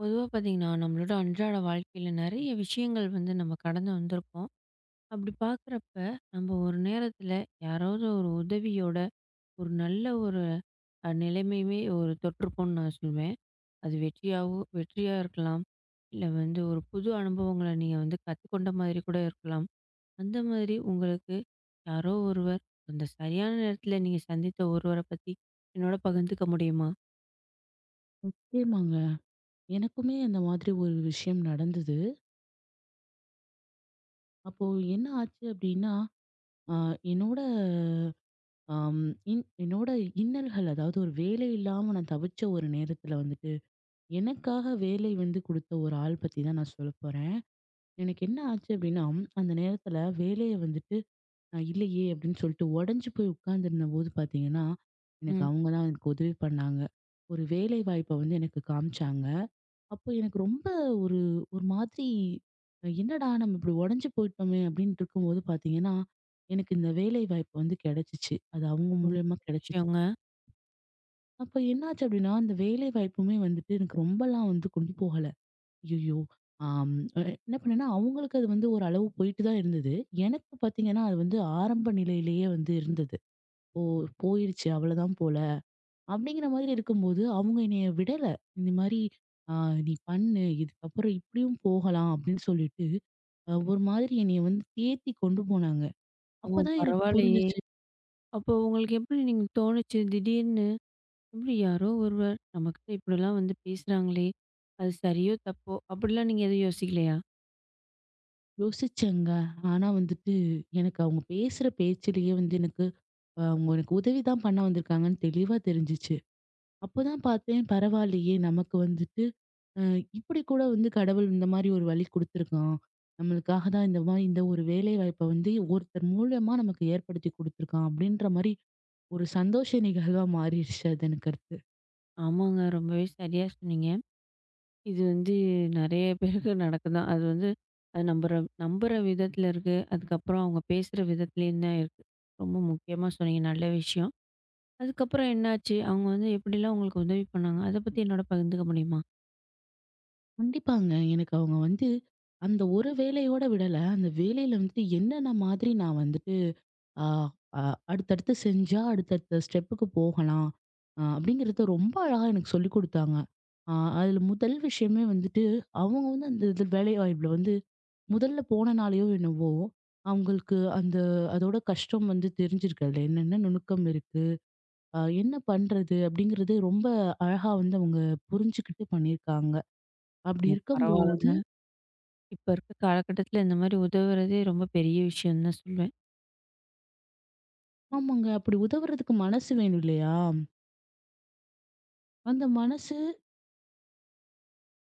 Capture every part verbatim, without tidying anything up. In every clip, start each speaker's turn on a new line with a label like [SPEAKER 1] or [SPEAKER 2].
[SPEAKER 1] பொதுவா பார்த்தீங்கன்னா, நம்மளோட அன்றாட வாழ்க்கையில நெறைய விஷயங்கள் வந்து நம்ம கடந்து வந்திருப்போம். அப்படி பார்க்குறப்ப, நம்ம ஒரு நேரத்தில யாராவது ஒரு உதவியோட, ஒரு நல்ல ஒரு அ நிலைமையுமே ஒரு தொட்டிருப்போம்னு நான் சொல்வேன். அது வெற்றியாவோ வெற்றியா இருக்கலாம். இல்ல வந்து ஒரு புது அனுபவங்கள நீங்க வந்து கத்துக்கொண்ட மாதிரி கூட இருக்கலாம். அந்த மாதிரி உங்களுக்கு யாரோ ஒருவர், அந்த சரியான நேரத்தில நீங்க சந்தித்த ஒருவர பத்தி என்னோட பகிர்ந்துக்க முடியுமா?
[SPEAKER 2] நிச்சயமாங்க. எனக்குமே அந்த மாதிரி ஒரு விஷயம் நடந்தது. அப்போ என்ன ஆச்சு அப்டின்னா, அ என்னோட அம் இன் என்னோட இன்னல்கள் அதாவது ஒரு வேலை இல்லாம நான் தவிச்ச ஒரு நேரத்துல வந்துட்டு, எனக்காக வேலை வந்து குடுத்த ஒரு ஆள் பத்தி தான் நான் சொல்லப்போறேன். எனக்கு என்ன ஆச்சு அப்டின்னா, அந்த நேரத்துல வேலைய வந்துட்டு நான் இல்லையே அப்படின்னு சொல்லிட்டு உடஞ்சு போய் உட்கார்ந்துருந்த போது பாத்தீங்கன்னா, எனக்கு
[SPEAKER 1] ம்.
[SPEAKER 2] அவங்க தான் எனக்கு உதவி பண்ணாங்க. ஒரு வேலை வாய்ப்ப வந்து எனக்கு காமிச்சாங்க. அப்போ எனக்கு ரொம்ப ஒரு ஒரு மாதிரி அஹ் என்னடா நம்ம இப்படி உடஞ்சு போயிட்டோமே அப்படின்ட்டு இருக்கும்போது பாத்தீங்கன்னா, எனக்கு இந்த வேலை வாய்ப்பு வந்து கிடைச்சிச்சு. அது அவங்க
[SPEAKER 1] ஒரு
[SPEAKER 2] மூலியமா கிடைச்சிச்சு.
[SPEAKER 1] விஷயங்க.
[SPEAKER 2] அப்ப என்னாச்சு அப்படின்னா, அந்த வேலை வாய்ப்புமே வந்துட்டு எனக்கு ரொம்பலாம் வந்து கொண்டு போகல. ஐயையோ! ஆம். அ என்ன பண்ணேன்னா, அவங்களுக்கு அது வந்து ஒரு அளவு போயிட்டு தான் இருந்தது. எனக்கு பார்த்தீங்கன்னா, அது வந்து ஆரம்ப நிலையிலேயே வந்து இருந்தது. "ஓ! போயிருச்சு அவ்வளோதான் போல." அப்படிங்கிற மாதிரி இருக்கும்போது, அவங்க என்னைய விடல. இந்த மாரி "ஆ நீ பண்ணு. இதுக்கப்புறம் இப்படியும் போகலாம்." அப்படின்னு சொல்லிட்டு, அ ஒரு மாதிரி என்னைய வந்து தேத்தி கொண்டு போனாங்க.
[SPEAKER 1] ஓ!
[SPEAKER 2] அப்பதான் எனக்கு
[SPEAKER 1] பரவாயில்லையே!
[SPEAKER 2] புரிஞ்சுச்சு.
[SPEAKER 1] அப்போ உங்களுக்கு எப்படி நீங்க தோணுச்சு? திடீர்னு எப்படி யாரோ ஒருவர் நம்மகிட்ட இப்படிலாம் வந்து பேசுறாங்களே! அது சரியோ! தப்போ! அப்படிலாம் நீங்க எதுவும் யோசிக்கலையா?
[SPEAKER 2] யோசிச்சேங்க. ஆனா வந்துட்டு, எனக்கு அவங்க பேசுற பேச்சிலேயே வந்து எனக்கு அ அவங்க எனக்கு உதவி தான் பண்ண வந்திருக்காங்கன்னு தெளிவா தெரிஞ்சுச்சு. அப்பதான் பார்த்தேன் பரவாயில்லையே! நமக்கு வந்துட்டு அ இப்படி கூட வந்து கடவுள் இந்த மாரி ஒரு வழி குடுத்துருக்கான். நம்மளுக்காக தான் இந்த மாரி இந்த ஒரு வேலை வாய்ப்ப வந்து ஒருத்தர் மூலியமா நமக்கு ஏற்படுத்தி குடுத்துருக்கான். அப்படின்ற மாரி ஒரு சந்தோஷ நிகழ்வா மாறிடுச்சு அது எனக்கு அடுத்து.
[SPEAKER 1] ஆமாங்க. ரொம்பவே சரியா சொன்னீங்க. இது வந்து நெறைய பேருக்கு நடக்குதான். அது வந்து அது நம்புற நம்புற விதத்தில இருக்கு. அதுக்கப்புறம் அவங்க பேசுற விதத்துலேயும் தான் இருக்கு. ரொம்ப முக்கியமா சொன்னீங்க. நல்ல விஷயம். அதுக்கப்புறம் என்னாச்சு? அவங்க வந்து எப்படிலாம் உங்களுக்கு உதவி பண்ணாங்க? அத பத்தி என்னோட பகிர்ந்துக்க முடியுமா?
[SPEAKER 2] கண்டிப்பாங்க. எனக்கு அவங்க வந்து அந்த ஒரு வேலையோட விடல. அந்த வேலையில வந்துட்டு என்னென்ன மாதிரி நான் வந்துட்டு ஆ, அ அடுத்தடுத்து செஞ்சா அடுத்தடுத்த ஸ்டெப்புக்கு போகலாம். அ அப்படிங்கிறத ரொம்ப அழகா எனக்கு சொல்லிக் குடுத்தாங்க. அ அதுல முதல் விஷயமே வந்துட்டு, அவங்க வந்து அந்த இது வேலைவாய்ப்புல வந்து முதல்ல போனனாலயோ என்னவோ, அவங்களுக்கு அந்த அதோட கஷ்டம் வந்து தெரிஞ்சிருக்கல்ல. என்னென்ன நுணுக்கம் இருக்கு? அ என்ன பண்றது? அப்படிங்கிறது ரொம்ப அழகா வந்து அவங்க புரிஞ்சுகிட்டு பண்ணியிருக்காங்க. அப்படி
[SPEAKER 1] ம்
[SPEAKER 2] இருக்கும்போது
[SPEAKER 1] பரவால்லங்க. இப்ப இருக்க காலகட்டத்தில இந்த மாரி உதவுறதே ரொம்ப பெரிய விஷயம் தான் சொல்வேன்.
[SPEAKER 2] ஆமாங்க. அப்படி உதவுறதுக்கு மனசு வேணும் இல்லையா? அந்த மனசு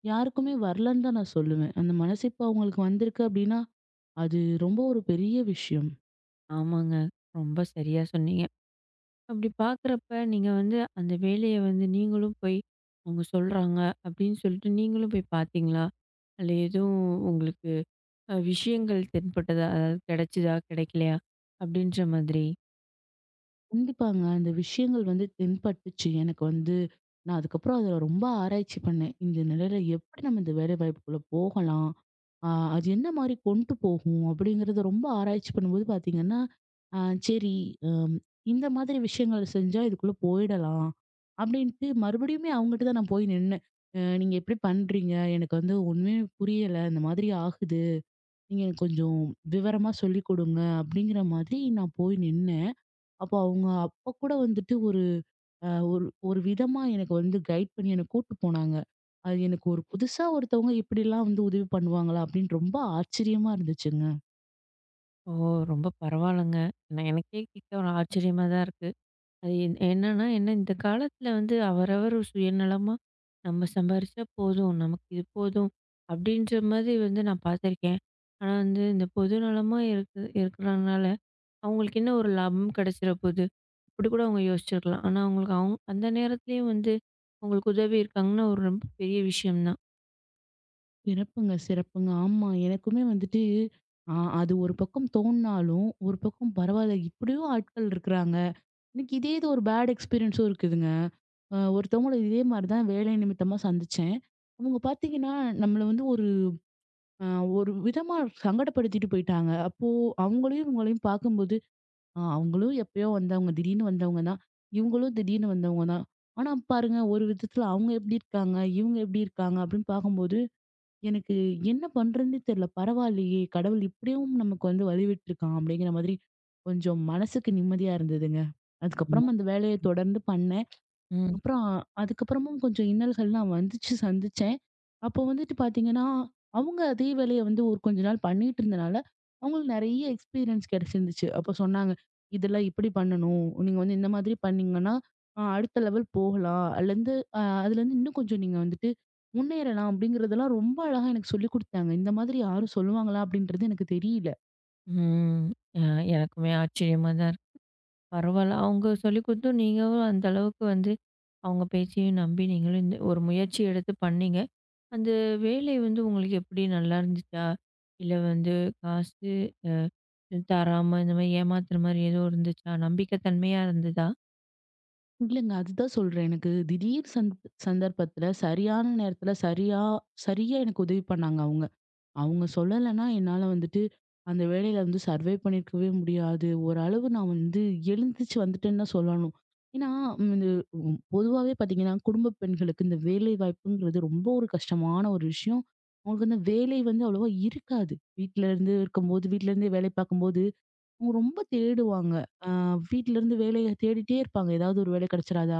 [SPEAKER 2] யாருக்குமே வரலன்னு தான் நான் சொல்லுவேன். அந்த மனசிப்பு அவங்களுக்கு வந்திருக்கு அப்டின்னா, அது ரொம்ப ஒரு பெரிய விஷயம்.
[SPEAKER 1] ஆமாங்க. ரொம்ப சரியா சொன்னீங்க. அப்படி பார்க்குறப்ப, நீங்க வந்து அந்த வேலைய வந்து நீங்களும் போய், அவங்க சொல்றாங்க அப்படின்னு சொல்லிட்டு நீங்களும் போய் பார்த்தீங்களா? அதில எதுவும் உங்களுக்கு அ விஷயங்கள் தென்பட்டதா? அதாவது கிடைச்சதா? கிடைக்கலையா? அப்படின்ற மாதிரி.
[SPEAKER 2] கண்டிப்பாங்க. அந்த விஷயங்கள் வந்து தென்பட்டுச்சு எனக்கு வந்து. நான் அதுக்கப்புறம் அதில ரொம்ப ஆராய்ச்சி பண்ணேன். இந்த நிலையில எப்படி நம்ம இந்த வேலை வாய்ப்புக்குள்ள போகலாம்? ஆ அது என்ன மாரி கொண்டு போகும்? அப்படிங்கிறத ரொம்ப ஆராய்ச்சி பண்ணும்போது பார்த்தீங்கன்னா, ஆ சரி அம் இந்த மாதிரி விஷயங்கள் செஞ்சா இதுக்குள்ள போயிடலாம். அப்படின்ட்டு மறுபடியுமே அவங்ககிட்ட தான் நான் போய் நின்னேன். அ நீங்க எப்படி பண்றீங்க? எனக்கு வந்து ஒண்ணுமே புரியல. இந்த மாதிரி ஆகுது. நீங்க எனக்கு கொஞ்சம் விவரமா சொல்லிக் கொடுங்க அப்படிங்கிற மாதிரி நான் போய் நின்னேன். அப்போ அவங்க அப்ப கூட வந்துட்டு ஒரு அ ஒரு ஒரு விதமா எனக்கு வந்து கைட் பண்ணி என்ன கூட்டு போனாங்க. அது எனக்கு ஒரு புதுசா ஒருத்தவங்க இப்படிலாம் வந்து உதவி பண்ணுவாங்களா அப்படின்னு ரொம்ப ஆச்சரியமா இருந்துச்சுங்க.
[SPEAKER 1] ஓ! ரொம்ப பரவாயில்லங்க. நான் எனக்கே கேட்க ஒரு ஆச்சரியமா தான் இருக்கு. அது என் என்னன்னா, என்ன இந்த காலத்துல வந்து அவரவர் சுயநலமா, நம்ம சம்பாரிச்சா போதும், நமக்கு இது போதும் அப்படின்ற மாதிரி வந்து நான் பார்த்துருக்கேன். ஆனா வந்து இந்த பொதுநலமா இருக்கு இருக்கிறனால, அவங்களுக்கு என்ன ஒரு லாபம் கிடைச்சிட போது? அப்படி கூட அவங்க யோசிச்சிருக்கலாம். ஆனா அவங்களுக்கு அவங்க அந்த நேரத்துலயும் வந்து அவங்களுக்கு உதவி இருக்காங்கன்னா, ஒரு ரொம்ப பெரிய விஷயம் தான்.
[SPEAKER 2] சிறப்புங்க, சிறப்புங்க. ஆமா, எனக்குமே வந்துட்டு அ அது ஒரு பக்கம் தோணுனாலும், ஒரு பக்கம் பரவாயில்ல இப்படியும் ஆட்கள் இருக்கிறாங்க. எனக்கு இதே இது ஒரு பேட் எக்ஸ்பீரியன்ஸும் இருக்குதுங்க. அ ஒருத்தவங்கள இதே மாரி தான் வேலை நிமித்தமா சந்திச்சேன். அவங்க பார்த்தீங்கன்னா, நம்மள வந்து ஒரு அ ஒரு விதமா சங்கடப்படுத்திட்டு போயிட்டாங்க. அப்போ அவங்களையும், இவங்களையும் பார்க்கும்போது, அ அவங்களும் எப்பயோ வந்தவங்க, திடீர்னு வந்தவங்க தான். இவங்களும் திடீர்னு வந்தவங்க தான். ஆனா பாருங்க, ஒரு விதத்துல அவங்க எப்படி இருக்காங்க? இவங்க எப்படி இருக்காங்க? அப்படின்னு பார்க்கும்போது எனக்கு என்ன பண்றதுன்னே தெரியல. பரவாயில்லையே! கடவுள் இப்படியும் நமக்கு வந்து வழிவிட்டுருக்கான் அப்படிங்கிற மாதிரி கொஞ்சம் மனசுக்கு நிம்மதியா இருந்ததுங்க.
[SPEAKER 1] ஆமா.
[SPEAKER 2] அதுக்கப்புறம் அந்த வேலைய தொடர்ந்து பண்ணேன்.
[SPEAKER 1] ம்.
[SPEAKER 2] அப்புறம் அதுக்கப்புறமும் கொஞ்சம் இன்னல்கள்லாம் வந்துச்சு சந்திச்சேன். அப்போ வந்துட்டு பார்த்தீங்கன்னா, அவங்க அதே வேலைய வந்து ஒரு கொஞ்ச நாள் பண்ணிட்டு இருந்தனால, அவங்களுக்கு நெறைய எக்ஸ்பீரியன்ஸ் கிடைச்சிருந்துச்சு. அப்போ சொன்னாங்க, "இதெல்லாம் இப்படி பண்ணணும். நீங்க வந்து இந்த மாதிரி பண்ணீங்கன்னா, அ அடுத்த லெவல் போகலாம். அதுலருந்து அ அதுலருந்து இன்னும் கொஞ்சம் நீங்க வந்துட்டு முன்னேறலாம்." அப்படிங்கிறதெல்லாம் ரொம்ப அழகா எனக்கு சொல்லிக் குடுத்தாங்க. இந்த மாதிரி யாரும் சொல்லுவாங்களா அப்படின்றது எனக்கு தெரியல.
[SPEAKER 1] ம். அ எனக்குமே ஆச்சரியமா தான் பரவால்ல. அவங்க சொல்லிக் குடுத்தும் நீங்களும் அந்த அளவுக்கு வந்து அவங்க பேச்சையும் நம்பி நீங்களும் இந்த ஒரு முயற்சி எடுத்து பண்ணீங்க. அந்த வேலை வந்து உங்களுக்கு எப்படி நல்லா இருந்துச்சா? இல்ல வந்து காசு அ தராம இந்த மாரி ஏமாத்துற மாரி ஏதோ இருந்துச்சா? நம்பிக்கை தன்மையா இருந்ததா?
[SPEAKER 2] இல்லங்க. அதுதான் சொல்றேன். எனக்கு திடீர் சந் சந்தர்ப்பத்துல சரியான நேரத்துல சரியா சரியா எனக்கு உதவி பண்ணாங்க அவங்க. அவங்க சொல்லலைன்னா என்னால வந்துட்டு அந்த வேலையில வந்து சர்வே பண்ணியிருக்கவே முடியாது. ஓரளவு நான் வந்து எழுந்திருச்சு வந்துட்டேன்னு தான் சொல்லணும். ஏன்னா, ம் இந்த ம் பொதுவாவே பார்த்தீங்கன்னா, குடும்ப பெண்களுக்கு இந்த வேலை வாய்ப்புங்கிறது ரொம்ப ஒரு கஷ்டமான ஒரு விஷயம். அவங்களுக்கு வந்து வேலை வந்து அவ்வளவா இருக்காது. வீட்ல இருந்து இருக்கும்போது வீட்ல இருந்தே வேலை பார்க்கும்போது, அவங்க ரொம்ப தேடுவாங்க. அ வீட்லருந்து வேலைய தேடிட்டே இருப்பாங்க. ஏதாவது ஒரு வேலை கிடைச்சிராதா?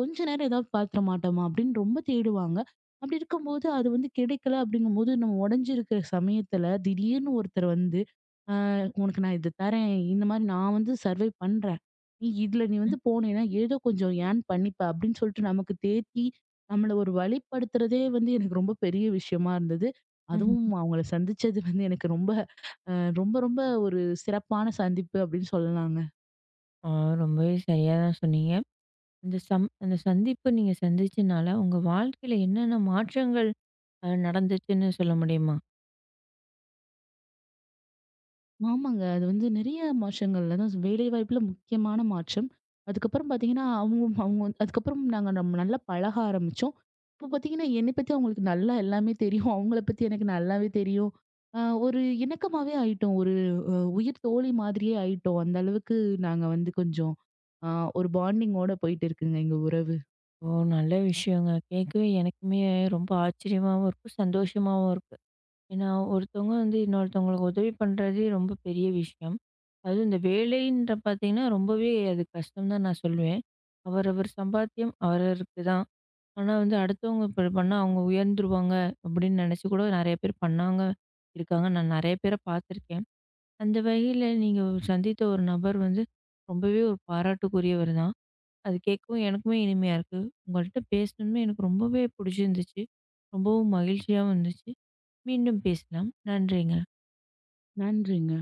[SPEAKER 2] கொஞ்ச நேரம் ஏதாவது பாத்துற மாட்டோமா? அப்படின்னு ரொம்ப தேடுவாங்க. அப்படி இருக்கும்போது அது வந்து கிடைக்கல அப்படிங்கும்போது, நம்ம உடைஞ்சிருக்கிற சமயத்துல திடீர்னு ஒருத்தர் வந்து, "அ உனக்கு நான் இத தரேன். இந்த மாரி நான் வந்து சர்வை பண்றேன். நீ இதுல நீ
[SPEAKER 1] ம்.
[SPEAKER 2] வந்து போனேன்னா ஏதோ கொஞ்சம் ஏர்ன் பண்ணிப்ப" அப்படின்னு சொல்லிட்டு நமக்கு தேத்தி, நம்மள ஒரு வழிப்படுத்துறதே வந்து எனக்கு ரொம்ப பெரிய விஷயமா இருந்தது.
[SPEAKER 1] ம்ஹ்ம்.
[SPEAKER 2] அதுவும் அவங்கள சந்திச்சது வந்து எனக்கு ரொம்ப அ ரொம்ப, ரொம்ப ஒரு சிறப்பான சந்திப்பு அப்படின்னு சொல்லலாங்க.
[SPEAKER 1] ஆ ரொம்பவே சரியா தான் சொன்னீங்க. அந்த சம் அந்த சந்திப்பு நீங்க சந்திச்சனால உங்க வாழ்க்கையில என்னென்ன மாற்றங்கள் அ நடந்துச்சுன்னு சொல்ல முடியுமா?
[SPEAKER 2] ஆமாங்க. அது வந்து நெறைய மாற்றங்கள் அதான் வேலைவாய்ப்புல முக்கியமான மாற்றம். அதுக்கப்புறம் பார்த்தீங்கன்னா, அவங்க அவங்க வந்து அதுக்கப்புறம் நாங்க நம்ம நல்லா பழக ஆரம்பிச்சோம். இப்போ பார்த்தீங்கன்னா, என்னை பத்தி அவங்களுக்கு நல்லா எல்லாமே தெரியும். அவங்கள பத்தி எனக்கு நல்லாவே தெரியும். அ ஒரு இணக்கமாவே ஆயிட்டோம். ஒரு அ உயிர் தோழி மாதிரியே ஆயிட்டோம். அந்த அளவுக்கு நாங்க வந்து கொஞ்சம் அ ஒரு பாண்டிங்கோட போயிட்டு இருக்குங்க எங்க உறவு.
[SPEAKER 1] ஓ! நல்ல விஷயங்க. கேட்கவே எனக்குமே ரொம்ப ஆச்சரியமாவும் இருக்கு, சந்தோஷமாவும் இருக்கு. ஏன்னா, ஒருத்தவங்க வந்து இன்னொருத்தவங்களுக்கு உதவி பண்றதே ரொம்ப பெரிய விஷயம். அதுவும் இந்த வேலைன்ற பார்த்தீங்கன்னா, ரொம்பவே அது கஷ்டம் தான் நான் சொல்லுவேன். அவரவர் சம்பாத்தியம் அவரவருக்கு தான். ஆனா வந்து அடுத்தவங்க இப்படி பண்ணா அவங்க உயர்ந்துருவாங்க அப்படின்னு நினைச்சு கூட நெறைய பேர் பண்ணாங்க இருக்காங்க. நான் நெறைய பேர பார்த்துருக்கேன். அந்த வகையில நீங்க சந்தித்த ஒரு நபர் வந்து ரொம்பவே ஒரு பாராட்டுக்குரியவர் தான். அது கேட்கவும் எனக்குமே இனிமையா இருக்கு. உங்கள்ட்ட பேசணுமே எனக்கு ரொம்பவே பிடிச்சிருந்துச்சு. ரொம்பவும் மகிழ்ச்சியாவும் இருந்துச்சு. மீண்டும் பேசலாம். நன்றிங்க.
[SPEAKER 2] நன்றிங்க.